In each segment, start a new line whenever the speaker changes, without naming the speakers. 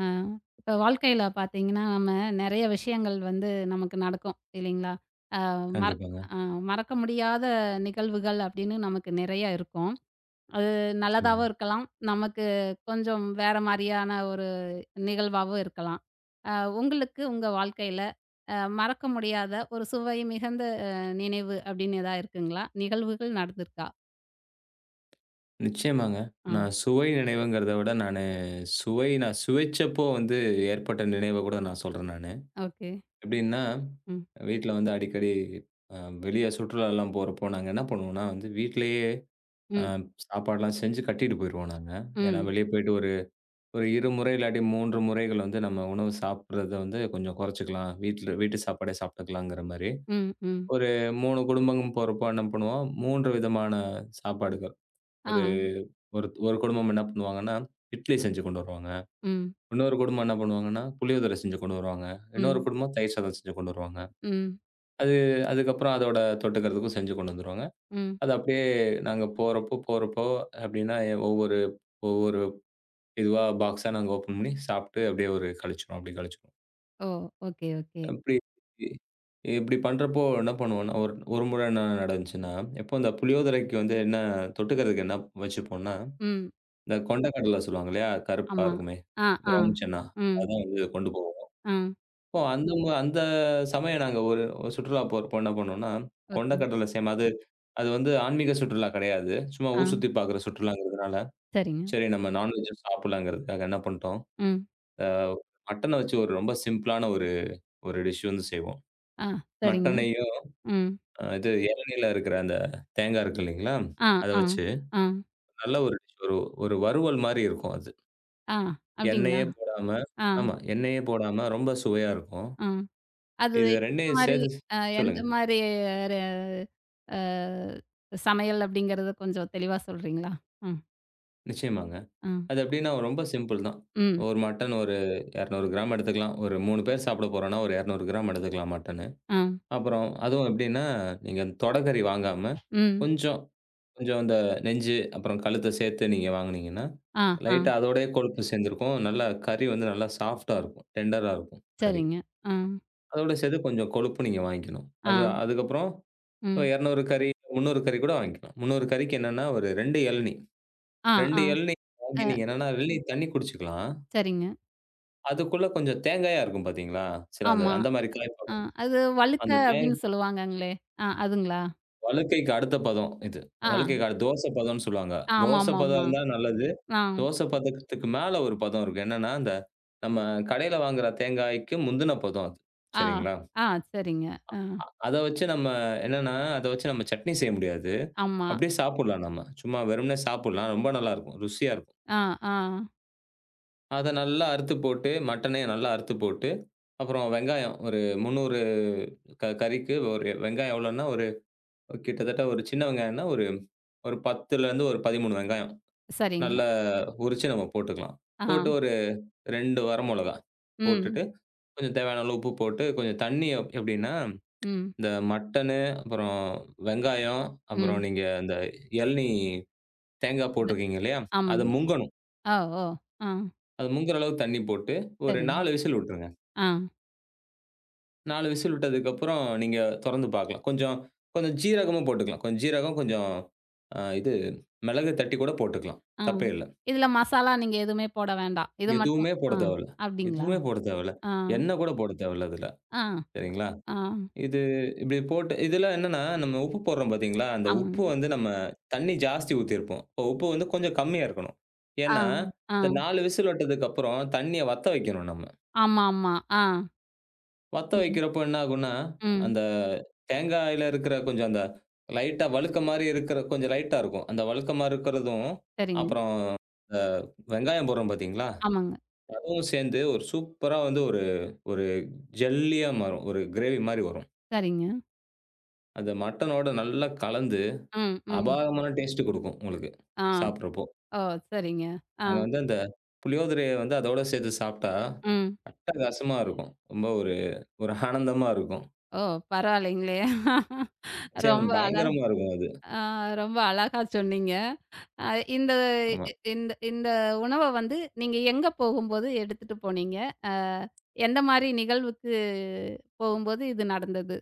ஆ. இப்ப வாழ்க்கையில பார்த்தீங்கன்னா, நம்ம நெறைய விஷயங்கள் வந்து நமக்கு நடக்கும் இல்லைங்களா? அ மற
கண்டிப்பாங்க.
அ மறக்க முடியாத நிகழ்வுகள் அப்படின்னு நமக்கு நிறைய இருக்கும். அது நல்லதாவும்
நிச்சயமாங்க.
இருக்கலாம். நமக்கு கொஞ்சம் வேற மாரியான ஒரு நிகழ்வாவும் இருக்கலாம். அ உங்களுக்கு உங்க வாழ்க்கையில மறக்க முடியாத ஒரு சுவை மிகுந்த நினைவு அப்படின்னு எதா இருக்குங்களா? நிகழ்வுகள் நடந்திருக்கா?
நிச்சயமாங்க.
ஆ.
நான் சுவை நினைவுங்கிறத விட நானு சுவை நான் சுவைச்சப்போ வந்து ஏற்பட்ட நினைவ கூட நான் சொல்றேன் நானு.
ஓகே.
எப்படின்னா,
ம்.
வீட்ல வந்து அடிக்கடி அ வெளிய சுற்றுலாலாம் போறப்போ நாங்க என்ன பண்ணுவோம்னா வந்து வீட்லயே அ
ம்.
சாப்பாடுலாம் செஞ்சு கட்டிட்டு போயிருவோம் நாங்க. ஏன்னா
ம்.
வெளிய போயிட்டு ஒரு ஒரு 2 முறை இல்லாட்டி 3 முறைகள் வந்து நம்ம உணவு சாப்பிடுறத வந்து கொஞ்சம் குறைச்சுக்கலாம். வீட்ல வீட்டு சாப்பாடே சாப்பிட்டுக்கலாங்கிற மாரி.
ம். ம்.
ஒரு 3 குடும்பம் போறப்போ என்ன பண்ணுவோம், 3 விதமான சாப்பாடுகள்.
ஆ.
ஒரு ஒரு ஒரு குடும்பம் என்ன பண்ணுவாங்கன்னா, இட்லி செஞ்சு கொண்டு வருவாங்க.
ம்.
இன்னொரு குடும்பம் என்ன பண்ணுவாங்கன்னா, புளியோதரை செஞ்சு கொண்டு வருவாங்க. இன்னொரு
ம்.
குடும்பம் தயிர் சாதம் செஞ்சு கொண்டு வருவாங்க.
ம்.
அது அதுக்கப்புறம் அதோட தொட்டுக்கிறதுக்கும் செஞ்சு கொண்டு வந்துருவாங்க.
ம்.
அது அப்படியே நாங்க போறப்போ போறப்போ அப்படின்னா, ஒவ்வொரு ஒவ்வொரு இதுவா பாக்ஸா நாங்க ஓப்பன் பண்ணி சாப்பிட்டு அப்படியே ஒரு கழிச்சுருவோம். அப்படி கழிச்சுருவோம்.
ஓ! Okay, okay.
அப்படி இப்படி பண்றப்போ என்ன பண்ணுவோம்னா, ஒரு ஒரு முறை என்ன நடந்துச்சுன்னா, எப்போ இந்த புளியோதரைக்கு வந்து என்ன தொட்டுக்கிறதுக்கு என்ன வச்சுப்போம்னா
ம்.
இந்த கொண்ட கடல சொல்லுவாங்க இல்லையா? கருப்பா
ஆமா.
இருக்குமே!
ஆ, ஆ.
ப்ரவுன் சன்னா.
ம்.
அதான் வந்து கொண்டு போவோம்.
ஆ.
அப்போ அந்த சமயம் நாங்க ஒரு ஒரு சுற்றுலா போறப்போ என்ன பண்ணோம்னா, கொண்ட
ஓகே.
கடல சேம். அது அது வந்து ஆன்மீக சுற்றுலா கிடையாது. சும்மா
ஆ.
ஊர் சுத்தி பார்க்குற சுற்றுலாங்கிறதுனால,
சரிங்க.
சரி நம்ம நான்வெஜ் சாப்பிடலாங்கிறதுக்காக என்ன பண்ணிட்டோம்,
ம்.
அ மட்டன வச்சு ஒரு ரொம்ப சிம்பிளான ஒரு ஒரு டிஷ் வந்து செய்வோம்.
ஆ. சரிங்க.
மட்டனையும்
ம்.
இது இளநீல இருக்கிற அந்த தேங்காய் இருக்கு இல்லைங்களா?
ஆ,
அத
ஆ.
வச்சு
ஆ.
நல்ல ஒரு டிஷ், ஒரு ஒரு வறுவல் மாரி இருக்கும் அது.
ஆ. அப்டிங்களா?
எண்ணெயே போடாம.
ஆ,
ஆமா, எண்ணெயே போடாம ரொம்ப சுவையா இருக்கும்.
ஆ. அது
இது
எந்த
2யும்
மாரி
சேர்த்து
எந்த
சொல்லுங்க.
மாரி ர அ சமையல் அப்டிங்கிறத கொஞ்சம் தெளிவா சொல்றீங்களா? ம்,
நிச்சயமாங்க.
ஆ.
அது எப்படின்னா ரொம்ப சிம்பிள் தான்.
ம்.
ஒரு மட்டன் 200 கிராம் எடுத்துக்கலாம். ஒரு 3 பேர் சாப்பிட போறோம்னா, ஒரு 200 கிராம் எடுத்துக்கலாம் மட்டன்னு.
ஆ.
அப்புறம் அதுவும் எப்படின்னா, நீங்க தொடைக்கறி வாங்காம,
ம்.
கொஞ்சம் கொஞ்சம் அந்த நெஞ்சு, அப்புறம் கழுத்த சேர்த்து நீங்க வாங்குனீங்கன்னா,
ஆ, ஆ.
லைட்டா அதோடயே கொழுப்பு சேர்ந்திருக்கும். நல்லா கறி வந்து நல்லா சாஃப்ட்டா இருக்கும். டெண்டரா இருக்கும் கறி.
சரிங்க. ஆ,
அதோட சேர்த்து கொஞ்சம் கொழுப்பு நீங்க வாங்கிக்கணும்.
ஆ.
அதுக்கப்புறம் ஒரு
ம்.
200 கறி, 300 கறி கூட வாங்கிக்கலாம். 300 கறிக்கு என்னன்னா, ஒரு 2 இளநீ.
ஆ,
2
ஆ.
இளநீ
அ
வாங்கி நீங்க என்னன்னா, இளநீ தண்ணி குடிச்சுக்கலாம்.
சரிங்க.
அதுக்குள்ள கொஞ்சம் தேங்காயா இருக்கும் பாத்தீங்களா? சில அந்த
ஆமா.
அந்த மாரி காய்
ஆ,
பதம்.
அது வழுக்க
அந்த தேங்
அப்படின்னு சொல்லுவாங்கங்களே! ஆ அதுங்களா?
வழுக்கைக்கு அடுத்த பதம் இது.
ஆ,
வழுக்கைக்கு தோசை பதம்ன்னு சொல்லுவாங்க. தோசை பதம்
ஆமாமாமா.
இருந்தா நல்லது.
ஆ,
தோசை பதத்துக்கு மேல ஒரு பதம் இருக்கு. என்னன்னா, அந்த நம்ம கடையில வாங்குற தேங்காய்க்கு முந்தின பதம் அது.
ஆ,
சரிங்களா?
ஆ சரிங்க. ஆ,
அத வச்சு நம்ம என்னன்னா, அத வச்சு நம்ம சட்னி செய்ய முடியாது.
ஆமா.
அப்படியே சாப்பிடலாம் நம்ம. சும்மா வெறுமனே சாப்பிடலாம். ரொம்ப நல்லாருக்கும். ருசியா இருக்கும்.
ஆ, ஆ
அத நல்லா அறுத்து போட்டு, மட்டனையும் நல்லா அறுத்து போட்டு, அப்புறம் வெங்காயம் ஒரு 300 க கறிக்கு ஒரு வெங்காயம் எவ்வளோன்னா, ஒரு கிட்டத்தட்ட ஒரு சின்ன வெங்காயம்ன்னா, ஒரு ஒரு 10லருந்து ஒரு 13 வெங்காயம்
சரிங்க.
நல்லா உரிச்சு நம்ம போட்டுக்கலாம்.
ஆ,
போட்டு ஒரு 2 வரமொளகா
ம்,
போட்டுட்டு, கொஞ்சம் தேவையான அளவு உப்பு போட்டு, கொஞ்சம் தண்ணி எப்படின்னா,
ம்,
இந்த மட்டனு, அப்புறம் வெங்காயம், அப்புறம்
ம்.
நீங்க இந்த இளநீ தேங்காய்
இது
போட்டிருக்கீங்க இல்லையா? அது
ஆமாங்க.
முங்கணும்.
ஓ! ஓ! ஆ
அது முங்குற அளவுக்கு தண்ணி போட்டு, ஒரு
சரிங்க.
4 விசில் விட்டுருங்க.
ஆ,
4 விசில் விட்டதுக்கப்புறம் நீங்க தொறந்து பார்க்கலாம். கொஞ்சம் கொஞ்சம் ஜீரகமும் போட்டுக்கலாம். கொஞ்சம் ஜீரகம், கொஞ்சம் இது மிளகு தட்டி கூட போட்டுக்கலாம்.
ஆ.
தப்பே இல்ல.
இதில மசாலா நீங்க எதுவுமே போட வேண்டாம். இது மட்டும்
எதுவுமே
ஆ
போட தேவையில்ல.
அப்படிங்களா?
எதுவுமே போட தேவையில்ல.
ஆ,
எண்ணெய் கூட போட தேவையில்ல இதுல.
ஆ,
சரிங்களா?
ஆ
இது இப்படி போட்டு இதுல என்னன்னா, நம்ம உப்பு போடுறோம் பார்த்தீங்களா? அந்த
ஆமாங்க.
உப்பு வந்து நம்ம தண்ணி ஜாஸ்தி ஊத்தியிருப்போம். அப்போ உப்பு வந்து கொஞ்சம் கம்மியா இருக்கணும்.
ஆ,
ஏன்னா,
ஆ
இந்த 4 விசில் விட்டதுக்கப்புறம் தண்ணிய வத்த வைக்கணும் நம்ம.
ஆமாமா. ஆ.
வத்த
ம்,
வைக்கிறப்போ என்ன ஆகும்னா,
ம்.
அந்த தேங்காயில இருக்கிற கொஞ்சம் அந்த லைட்டா வழுக்க மாரி இருக்கிற கொஞ்சம் லைட்டா இருக்கும். அந்த வழுக்க மாரி இருக்கிறதும்,
சரிங்க.
அப்புறம் இந்த வெங்காயம் போடுறோம் பார்த்தீங்களா?
ஆமாங்க.
அதுவும் சேர்ந்து ஒரு சூப்பரா வந்து ஒரு ஒரு ஜெல்லியா மாறும். ஒரு கிரேவி மாரி வரும்.
சரிங்க.
அந்த மட்டனோட நல்லா கலந்து
ம், ம்.
அபாரமான டேஸ்ட் குடுக்கும் உங்களுக்கு,
ஆ.
சாப்பிடுறப்போ.
ஓ! சரிங்க. ஆ,
நாங்க வந்து அந்த புளியோதரைய வந்து அதோட சேர்த்து சாப்பிட்டா
ம்.
அட்டகாசமா இருக்கும். ரொம்ப ஒரு ஒரு ஆனந்தமா இருக்கும்.
ஓ! பரவாயில்லைங்களே!
நிச்சயம்
ரொம்ப அழ
பயங்கரமா இருக்கும் அது.
ஆ. ரொம்ப அழகா சொன்னீங்க. அ இந்த
ஆமா.
இந்த இந்த உணவ வந்து நீங்க எங்க போகும்போது எடுத்துட்டு போனீங்க? அ எந்த மாரி நிகழ்வுக்கு போகும்போது இது நடந்தது?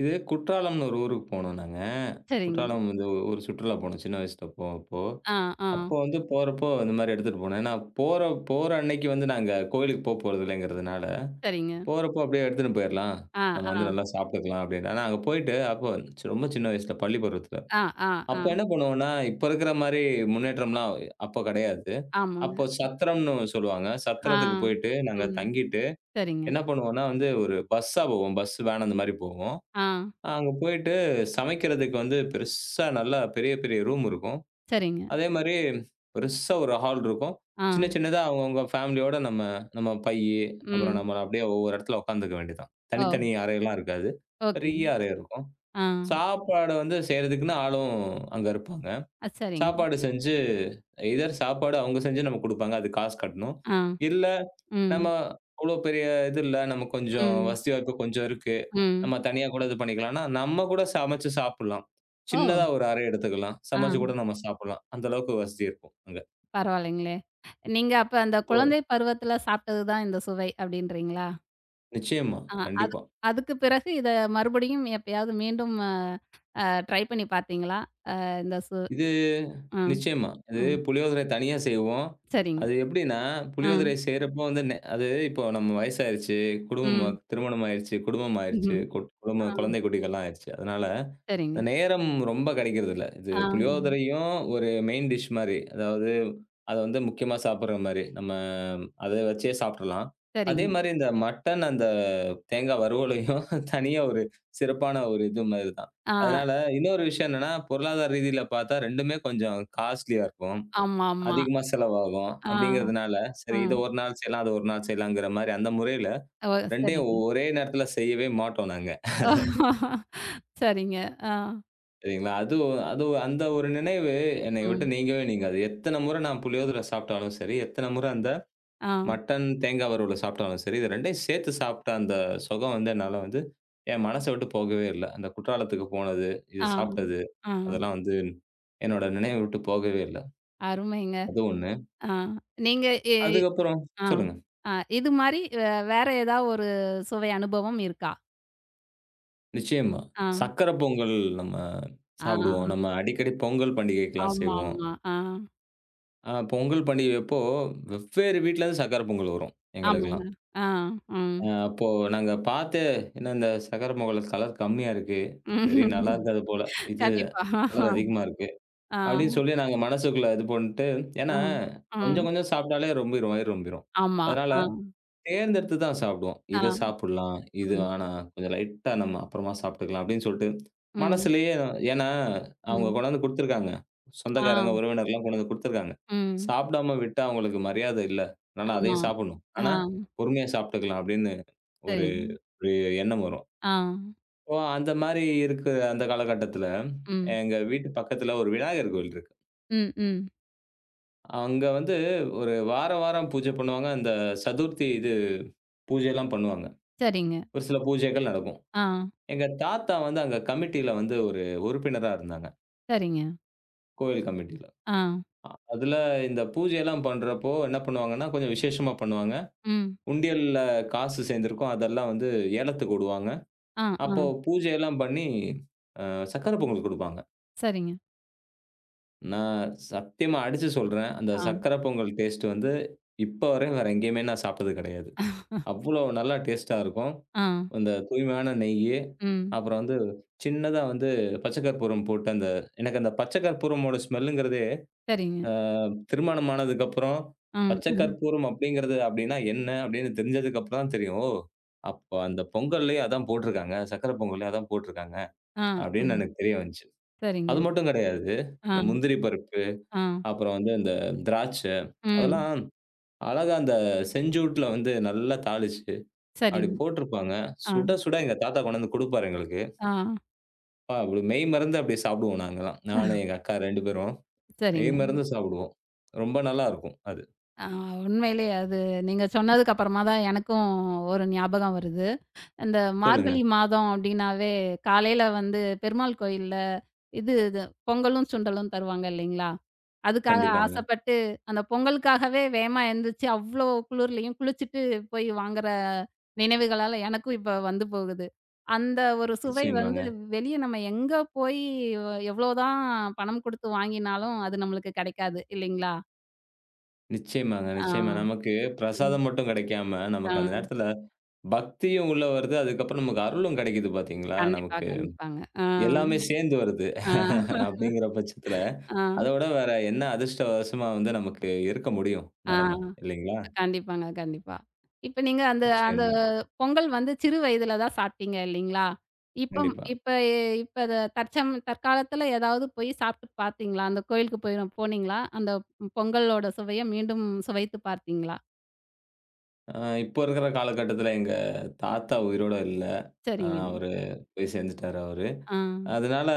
இது குற்றாலம்ன்னு ஒரு ஊருக்கு போனோம் நாங்க.
சரிங்க.
குற்றாலம் வந்து ஒரு சுற்றுலா போனோம். சின்ன வயசுல போ அப்போ.
ஆ, ஆ.
அப்போ வந்து போறப்போ இந்த மாரி எடுத்துட்டு போனேன். ஏன்னா போற போற அன்னைக்கு வந்து நாங்க கோயிலுக்கு போறதில்லைங்கிறதுனால,
சரிங்க.
போறப்போ அப்படியே எடுத்துன்னு போயிரலாம்.
ஆ,
நம்ம வந்து
ஆ.
நல்லா சாப்பிட்டுக்கலாம் அப்படின்னு. ஆனா அங்க போயிட்டு அப்போ ரொம்ப சின்ன வயசுல பள்ளி பருவத்துல.
ஆ, ஆ, ஆ.
அப்ப என்ன பண்ணுவோம்னா, இப்ப இருக்கிற மாரி முன்னேற்றம்லாம் அப்ப கெடையாது.
ஆமாங்க.
அப்போ சத்திரம்ன்னு சொல்லுவாங்க.
ஆ.
சத்திரத்துக்கு போயிட்டு நாங்க
ம்.
தங்கிட்டு
சரிங்க.
என்ன பண்ணுவோம்னா வந்து ஒரு பஸ்ஸா போவோம். பஸ் வேன் அந்த மாரி போவோம்.
ஆ.
அங்க போயிட்டு சமைக்கிறதுக்கு வந்து பெருசா நல்லா பெரிய பெரிய ரூம் இருக்கும்.
சரிங்க.
அதே மாரி பெருசா ஒரு ஹால் இருக்கும்.
ஆ.
சின்ன சின்னதா அவங்கவங்க ஃபேமிலியோட நம்ம நம்ம பையி, அப்புறம்
ம்.
நம்ம அப்படியே ஒவ்வொரு இடத்துல உட்காந்துக்க வேண்டியதுதான். தனித்தனி
ஓ!
அறையெல்லாம் இருக்காது.
ஓகே.
பெரிய அறை இருக்கும்.
ஆ.
சாப்பாடு வந்து செய்றதுக்குன்னு ஆளும் அங்க இருப்பாங்க.
சரிங்க.
சாப்பாடு செஞ்சு எய்தர் சாப்பாடு அவங்க செஞ்சு நமக்கு குடுப்பாங்க. அது காசு கட்டணும்.
ஆ.
இல்ல
ம்.
நம்ம அவ்ளோ பெரிய இது இல்ல. நம்ம கொஞ்சம்
ம்.
வசதி வாய்ப்பு கொஞ்சம் இருக்கு.
ம்.
நம்ம தனியா கூட இது பண்ணிக்கலாம்னா, நம்ம கூட சமைச்சு சாப்பிடலாம்.
ஓ!
சின்னதா ஒரு அறை எடுத்துக்கலாம்.
ஆ
சமைச்சு கூட நம்ம சாப்பிடலாம். அந்த அளவுக்கு வசதி இருக்கும் அங்க.
பரவாயில்லைங்களே. நீங்க அப்ப அந்த
அப்போ
குழந்தை பருவத்தில சாப்பிட்டது தான் இந்த சுவை அப்டின்றீங்களா?
நிச்சயமா,
ஆ. அது
கண்டிப்பா.
அதுக்கு பிறகு இத மறுபடியும் எப்பயாவது மீண்டும் அ அ ட்ரை பண்ணி பார்த்தீங்களா? அ இந்த சு
இது
ம்,
நிச்சயமா.
ம்.
புளியோதரை தனியா செய்வோம்.
சரிங்க.
அது எப்படின்னா,
ம்,
புளியோதரை செய்றப்போ வந்து அது இப்போ நம்ம வயசாயிருச்சு.
ம்.
குடும்பம் திருமணம் ஆயிருச்சு. குடும்பம் ஆயிருச்சு.
ம்ஹ்ம்.
குடும்ப
ஆ
குழந்தை குட்டிகள்லாம் ஆயிருச்சு. அதனால
சரிங்க.
நேரம் ரொம்ப கிடைக்கிறதில்ல. இது
ஆ
புளியோதரையும் ஒரு மெயின் டிஷ் மாரி. அதாவது அத வந்து முக்கியமா சாப்பிடுற மாரி. நம்ம அத வச்சே சாப்பிட்றலாம். அதே
சரிங்க.
மாரி இந்த மட்டன் அந்த தேங்கா வறுவலையும் தனியா ஒரு சிறப்பான ஒரு இது மாரி தான்.
ஆ
அதனால இன்னொரு விஷயம் என்னன்னா, பொருளாதார ரீதியில பார்த்தா 2மே கொஞ்சம் காஸ்ட்லியா இருக்கும்.
ஆமாமா.
அதிகமா செலவாகும்.
ஆ
அப்படிங்கிறதுனால, சரி இத
ம்.
ஒரு நாள் செய்யலாம், அத ஒரு நாள் செய்யலாங்கிற மாரி அந்த முறையில
ஓ
2யும்
சரிங்க.
ஒரே நேரத்தில செய்யவே மாட்டோம் நாங்க.
சரிங்க. ஆ
சரிங்களா? அதுவும் அதுவும் அந்த ஒரு நினைவு என்னைய விட்டு
ம்.
நீங்கவே நீங்காது. எத்தன முறை நான் புளியோதரை சாப்பிட்டாலும் சரி, எத்தன முறை அந்த
ஆ
மட்டன் தேங்காய் வறுவல சாப்பிட்டாலும் சரி, இது 2யும் சேர்த்து சாப்பிட்ட அந்த சுகம் வந்து என்னால வந்து என் மனச விட்டு போகவே இல்ல. அந்த குற்றாலத்துக்கு போனது, இது
ஆ
சாப்பிட்டது,
ஆ
அதெல்லாம் வந்து என்னோட நினைவ விட்டு போகவே இல்ல.
அருமைங்க.
அது 1.
ஆ. நீங்க எ
அதுக்கப்புறம்
ஆ.
சொல்லுங்க.
ஆ. இது மாரி வேற ஏதா ஒரு சுவை அனுபவம் இருக்கா?
நிச்சயமா.
ஆ.
சக்கரை பொங்கல் நம்ம
ஆ.
சாப்பிடுவோம். நம்ம அடிக்கடி பொங்கல் பண்டிகைக்கெல்லாம் செய்வோம்.
ஆமாமா. ஆ.
பொங்கல் பண்டிகையப்போ வெவ்வேறு வீட்லருந்து சக்கரை பொங்கல் வரும்
ஆமாங்க.
எங்களுக்கெல்லாம்.
ஆ. ம்.
அப்போ நாங்க பாத்து, என்ன இந்த சக்கர பொங்கல் கலர் கம்மியா இருக்கு. சரி நல்லா இருக்காது போல. இது
கண்டிப்பா.
கலர் அதிகமா இருக்கு. அப்டின்னு
ஆ.
சொல்லி நாங்க மனசுக்குள்ள இது பண்ணிட்டு
ஆ.
ஏன்னா
ம்.
கொஞ்சம் கொஞ்சம் சாப்ட்டாலே ரொம்பிரும், வயிறு ரொம்பிரும்.
ஆமா.
அதனால
ஆ.
தேர்ந்தெடுத்து தான் சாப்பிடுவோம். இத
ஆ.
சாப்பிடலாம். இது
ம்.
வேணாம். கொஞ்சம் லைட்டா நம்ம அப்புறமா சாப்பிட்டுக்கலாம் அப்டின்னு சொல்லிட்டு
ம்.
மனசுலயே ஏன்னா அவங்க
ம்.
கொண்டாந்து குடுத்துருக்காங்க.
ஆ.
சொந்தக்காரங்க, உறவினர்லாம் கொண்டாந்து குடுத்துருக்காங்க.
ம்.
சாப்பிடாம விட்டா அவங்களுக்கு மரியாதை இல்ல. அதனால
ஆமா.
அதையும் சாப்பிடணும்.
ஆ.
ஆனா பொறுமையா சாப்பிட்டுக்கலாம் அப்டின்னு ஒரு
சரிங்க.
ஒரு எண்ணம் வரும்.
ஆ.
ஓ! அந்த மாரி இருக்கிற அந்த காலகட்டத்தில,
ம்.
எங்க வீட்டு பக்கத்தில ஒரு விநாயகர் கோயில் இருக்கு.
ம். ம்.
அங்க வந்து ஒரு வாரம், வாரம் பூஜை பண்ணுவாங்க. அந்த சதுர்த்தி இது பூஜைலாம் பண்ணுவாங்க.
சரிங்க.
ஒரு சில பூஜைகள் நடக்கும்.
ஆ.
எங்க தாத்தா வந்து அங்க கமிட்டியில வந்து ஒரு உறுப்பினரா இருந்தாங்க.
சரிங்க.
கோயில் கமிட்டியில.
ஆ.
அதுல இந்த பூஜைலாம் பண்றப்போ என்ன பண்ணுவாங்கன்னா, கொஞ்சம் விசேஷமா பண்ணுவாங்க.
ம்.
உண்டியல்ல காசு சேர்ந்திருக்கும். அதெல்லாம் வந்து ஏலத்துக்கு விடுவாங்க.
ஆ. ஆ.
அப்போ பூஜையெல்லாம் பண்ணி, சக்கர பொங்கல் குடுப்பாங்க.
சரிங்க.
நான் சத்தியமா அடிச்சு சொல்றேன். அந்த
ஆ.
சர்க்கரை பொங்கல் டேஸ்ட் வந்து, இப்ப வரையும் வேற எங்கேயுமே நான் சாப்பிட்டது கிடையாது. அவ்ளோ நல்லா டேஸ்ட்டா இருக்கும்.
ஆ.
அந்த தூய்மையான நெய்யி,
ம்.
அப்புறம் வந்து சின்னதா வந்து பச்சை கற்பூரம் போட்டு அந்த எனக்கு அந்த பச்சை கற்பூரமோட ஸ்மெல்லுங்கிறதே,
சரிங்க.
அ திருமணம் ஆனதுக்கப்புறம்
ம்.
பச்சை
ம்.
கற்பூரம் அப்படிங்கிறது அப்படின்னா என்ன? அப்படின்னு தெரிஞ்சதுக்கப்புறம் தான் தெரியும். ஓ! அப்ப அந்த பொங்கல்லயே அதான் போட்டிருக்காங்க. சர்க்கரை பொங்கல்லயே அதான் போட்டிருக்காங்க.
ஆ, ஆ.
அப்படின்னு எனக்கு தெரிய வந்துச்சு.
சரிங்க.
அது மட்டும் கிடையாது.
ஆ,
இந்த முந்திரி பருப்பு
ஆ.
அப்புறம் வந்து அந்த திராட்சை,
ம்.
அதெல்லாம் அழகா அந்த செஞ்சூட்ல வந்து நல்லா தாளிச்சு, அப்படி
சரிங்க.
போட்டிருப்பாங்க.
ஆ,
சுட சுட எங்க தாத்தா கொண்டாந்து குடுப்பாரு எங்களுக்கு.
ஆ.
அப்பா அப்படி மெய்மறந்து அப்படியே சாப்பிடுவோம் நாங்கலாம். நானு, எங்க அக்கா 2 பேரும்
சரிங்க.
மெய்மறந்து சாப்பிடுவோம். ரொம்ப நல்லா இருக்கும் அது.
ஆ உண்மையிலே அது நீங்க சொன்னதுக்கு அப்புறமா தான் எனக்கும் ஒரு ஞாபகம் வருது. இந்த
சொல்லுங்க.
மார்கழி மாதம் அப்டின்னாவே காலையில வந்து பெருமாள் கோயில்ல இது இது பொங்கலும், சுண்டலும் தருவாங்க இல்லைங்களா? அதுக்காக
கண்டிப்பாங்க.
ஆசைப்பட்டு அந்த பொங்கலுக்காகவே வேகமா எந்திரிச்சு அவ்ளோ குளிர்லயும் குளிச்சுட்டு போய் வாங்குற நினைவுகளால எனக்கும் இப்ப வந்து போகுது. அந்த ஒரு சுவை
நிச்சயமாங்க,
வந்து வெளிய நம்ம எங்க போய் எவ்ளோதான் பணம் குடுத்து வாங்கினாலும் அது நம்மளுக்கு கெடைக்காது இல்லைங்களா?
நிச்சயமாங்க,
ஆ.
நிச்சயமா. நமக்கு
ம்.
பிரசாதம் மட்டும் கிடைக்காம,
ஆ.
நமக்கு அந்த நேரத்துல பக்தியும் உள்ள வருது. அதுக்கப்புறம் நமக்கு அருளும் கிடைக்குது பார்த்தீங்களா?
கண்டிப்பா,
நமக்கு
கண்டிப்பாங்க. ஆ,
எல்லாமே சேர்ந்து வருது.
ஆ,
அப்படிங்கிற பட்சத்துல
ஆ,
அத விட வேற என்ன அதிர்ஷ்டவசமா வந்து நமக்கு இருக்க முடியும்
ஆ.
நெலைம இல்லைங்களா?
கண்டிப்பாங்க, கண்டிப்பா. இப்ப நீங்க அந்த அந்த
நிச்சயமா.
பொங்கல் வந்து சிறு வயதுல தான் சாப்பிட்டீங்க இல்லீங்களா? இப்பம்
கண்டிப்பா.
இப்ப இப்ப அத தற்காலத்துல ஏதாவது போய் சாப்பிட்டு பார்த்தீங்களா? அந்த கோயிலுக்கு போய் போனீங்களா? அந்த பொங்கலோட சுவைய மீண்டும் சுவைத்து பார்த்தீங்களா?
அ இப்போ இருக்கிற காலகட்டத்தில எங்க தாத்தா உயிரோட இல்ல.
சரிங்க.
அவரு போய் சேர்ந்துட்டாரு அவரு.
ஆ.
அதனால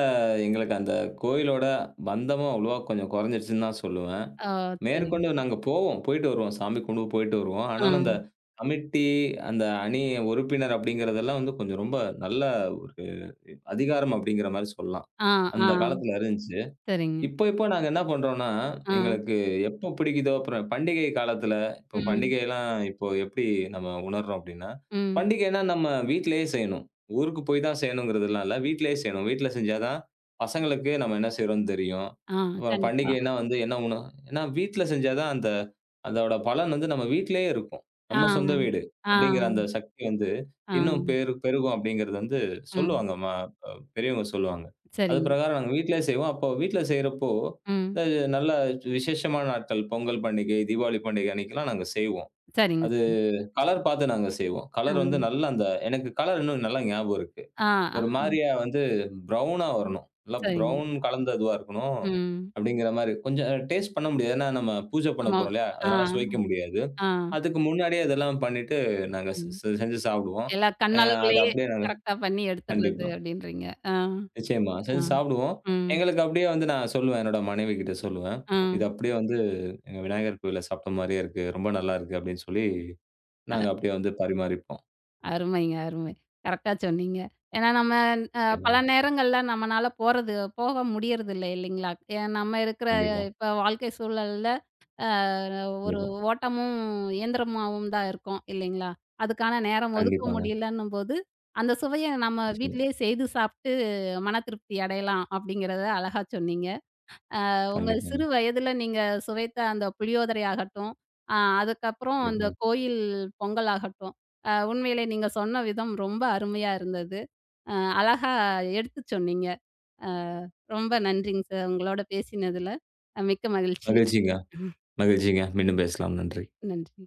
எங்களுக்கு அந்த கோயிலோட பந்தமும் அவ்வளவா கொஞ்சம் குறைஞ்சிடுச்சுன்னு தான் சொல்லுவேன்.
ஓ!
மேற்கொண்டு
சரிங்க.
நாங்க போவோம். போயிட்டு வருவோம். சாமி கும்பிட்டு போயிட்டு வருவோம்.
ஆ,
ஆனாலும் அந்த கமிட்டி, அந்த அணி உறுப்பினர் அப்படிங்கிறதெல்லாம் வந்து கொஞ்சம் ரொம்ப நல்ல ஒரு அதிகாரம் அப்படிங்கிற மாரி சொல்லலாம்.
ஆ, ஆ.
அந்த காலத்தில இருந்துச்சு.
சரிங்க.
இப்போ நாங்க என்ன பண்றோம்ன்னா,
ஆ.
எங்களுக்கு ம். எப்போ பிடிக்குதோ, அப்புறம் பண்டிகை காலத்துல இப்போ
ம்,
பண்டிகைலாம் இப்போ எப்படி நம்ம உணர்றோம் அப்படின்னா,
ம்.
பண்டிகைன்னா நம்ம வீட்லயே செய்யணும். ஊருக்கு போய் தான் செய்யணுங்கிறதுலாம் இல்ல. வீட்லயே செய்யணும். வீட்ல செஞ்சா தான் பசங்களுக்கு நம்ம என்ன செய்றோம்ன்னு தெரியும்.
ஆ.
அப்புறம்
கண்டிப்பா.
பண்டிகைன்னா வந்து என்ன உண ஏன்னா வீட்ல செஞ்சா தான் அந்த அதோட பலன் வந்து நம்ம வீட்லயே இருக்கும்.
ஆ,
நம்ம சொந்த வீடு
ஆ,
அப்படிங்கிற அந்த சக்தி வந்து
ஆ.
இன்னும் பெருகும் அப்படிங்கிறது வந்து
ம்.
சொல்லுவாங்க. ம அ பெரியவங்க சொல்லுவாங்க. அது
சரிங்க.
பிரகாரம் நாங்க வீட்லயே செய்வோம். அப்போ வீட்ல செய்றப்போ,
ம்.
இந்த நல்ல விசேஷமான நாட்கள், பொங்கல் பண்டிகை, தீபாவளி பண்டிகை அன்னைக்கெல்லாம் நாங்க செய்வோம்.
சரிங்க,
அது
சரி.
கலர் பார்த்து நாங்க செய்வோம்.
ஆ.
கலர் வந்து நல்லா அந்த எனக்கு கலர் இன்னும் நல்லா ஞாபகம் இருக்கு.
ஆ, ஆ.
ஒரு மாரியா வந்து ப்ரௌனா வரணும். நல்லா
சரிங்க.
ப்ரௌன் கலந்த இதுவா இருக்கணும்.
ம்.
அப்படிங்கிற மாரி. கொஞ்சம் டேஸ்ட் பண்ண முடியாது. ஏன்னா நம்ம பூஜை பண்ண
ஆமா.
போறோம் இல்லையா?
ஆ,
அதனால சுவைக்க முடியாது.
ஆ,
அதுக்கு முன்னாடியே இதெல்லாம் பண்ணிட்டு நாங்க
ம்.
செஞ்சு சாப்பிடுவோம்.
எல்லா
அ அது
கண்ணளவுலயே
அப்படியே நாங்க
கரெக்ட்டா பண்ணி எடுத்துர்றது
கண்டிப்பா.
அப்டின்றீங்க. ஆ,
நிச்சயமா.
ஆ,
செஞ்சு சாப்பிடுவோம்.
ம்,
எங்களுக்கு அப்படியே வந்து நான் சொல்லுவேன். என்னோட மனைவி கிட்ட சொல்லுவேன். இது
ம்.
அப்படியே வந்து எங்க விநாயகர் கோவில்ல சாப்பிட்ட மாரியே இருக்கு. ரொம்ப நல்லா இருக்கு அப்படின்னு சொல்லி,
அ
நாங்க அப்படியே வந்து பரிமாறிப்போம்.
அருமைங்க, அருமை. கரெக்ட்டா சொன்னீங்க. ஏன்னா நம்ம பல
நிச்சயமாங்க.
நேரங்கள்ல நம்மனால போறது போக முடியறதில்ல இல்லைங்களா? ஏ நம்ம இருக்கிற
கண்டிப்பா,
இப்ப வாழ்க்கை சூழல்ல அ ஒரு
கண்டிப்பா.
ஓட்டமும், இயந்திரமாவும் தான் இருக்கும் இல்லைங்களா? அதுக்கான நேரம் ஒதுக்க
கண்டிப்பாங்க.
முடியலன்னும்போது, அந்த சுவைய நம்ம
நிச்சயமா.
வீட்டிலேயே செய்து சாப்பிட்டு மன திருப்தி அடையலாம் அப்படிங்கிறத அழகா சொன்னீங்க. உங்க
கண்டிப்பாங்க,
சிறு வயதில நீங்க சுவைத்த அந்த புளியோதரை ஆகட்டும், அ அதுக்கப்புறம் அந்த
கண்டிப்பாங்க.
கோயில் பொங்கல் ஆகட்டும், உண்மையிலே நீங்க சொன்ன விதம் ரொம்ப அருமையா இருந்தது. அ அழகா எடுத்துச் சொன்னீங்க. அ ரொம்ப நன்றிங்க சார். உங்களோட பேசினதுல மிக்க மகிழ்ச்சி.
மகிழ்ச்சிங்க, மகிழ்ச்சிங்க. மீண்டும் பேசலாம். நன்றி.
நன்றி.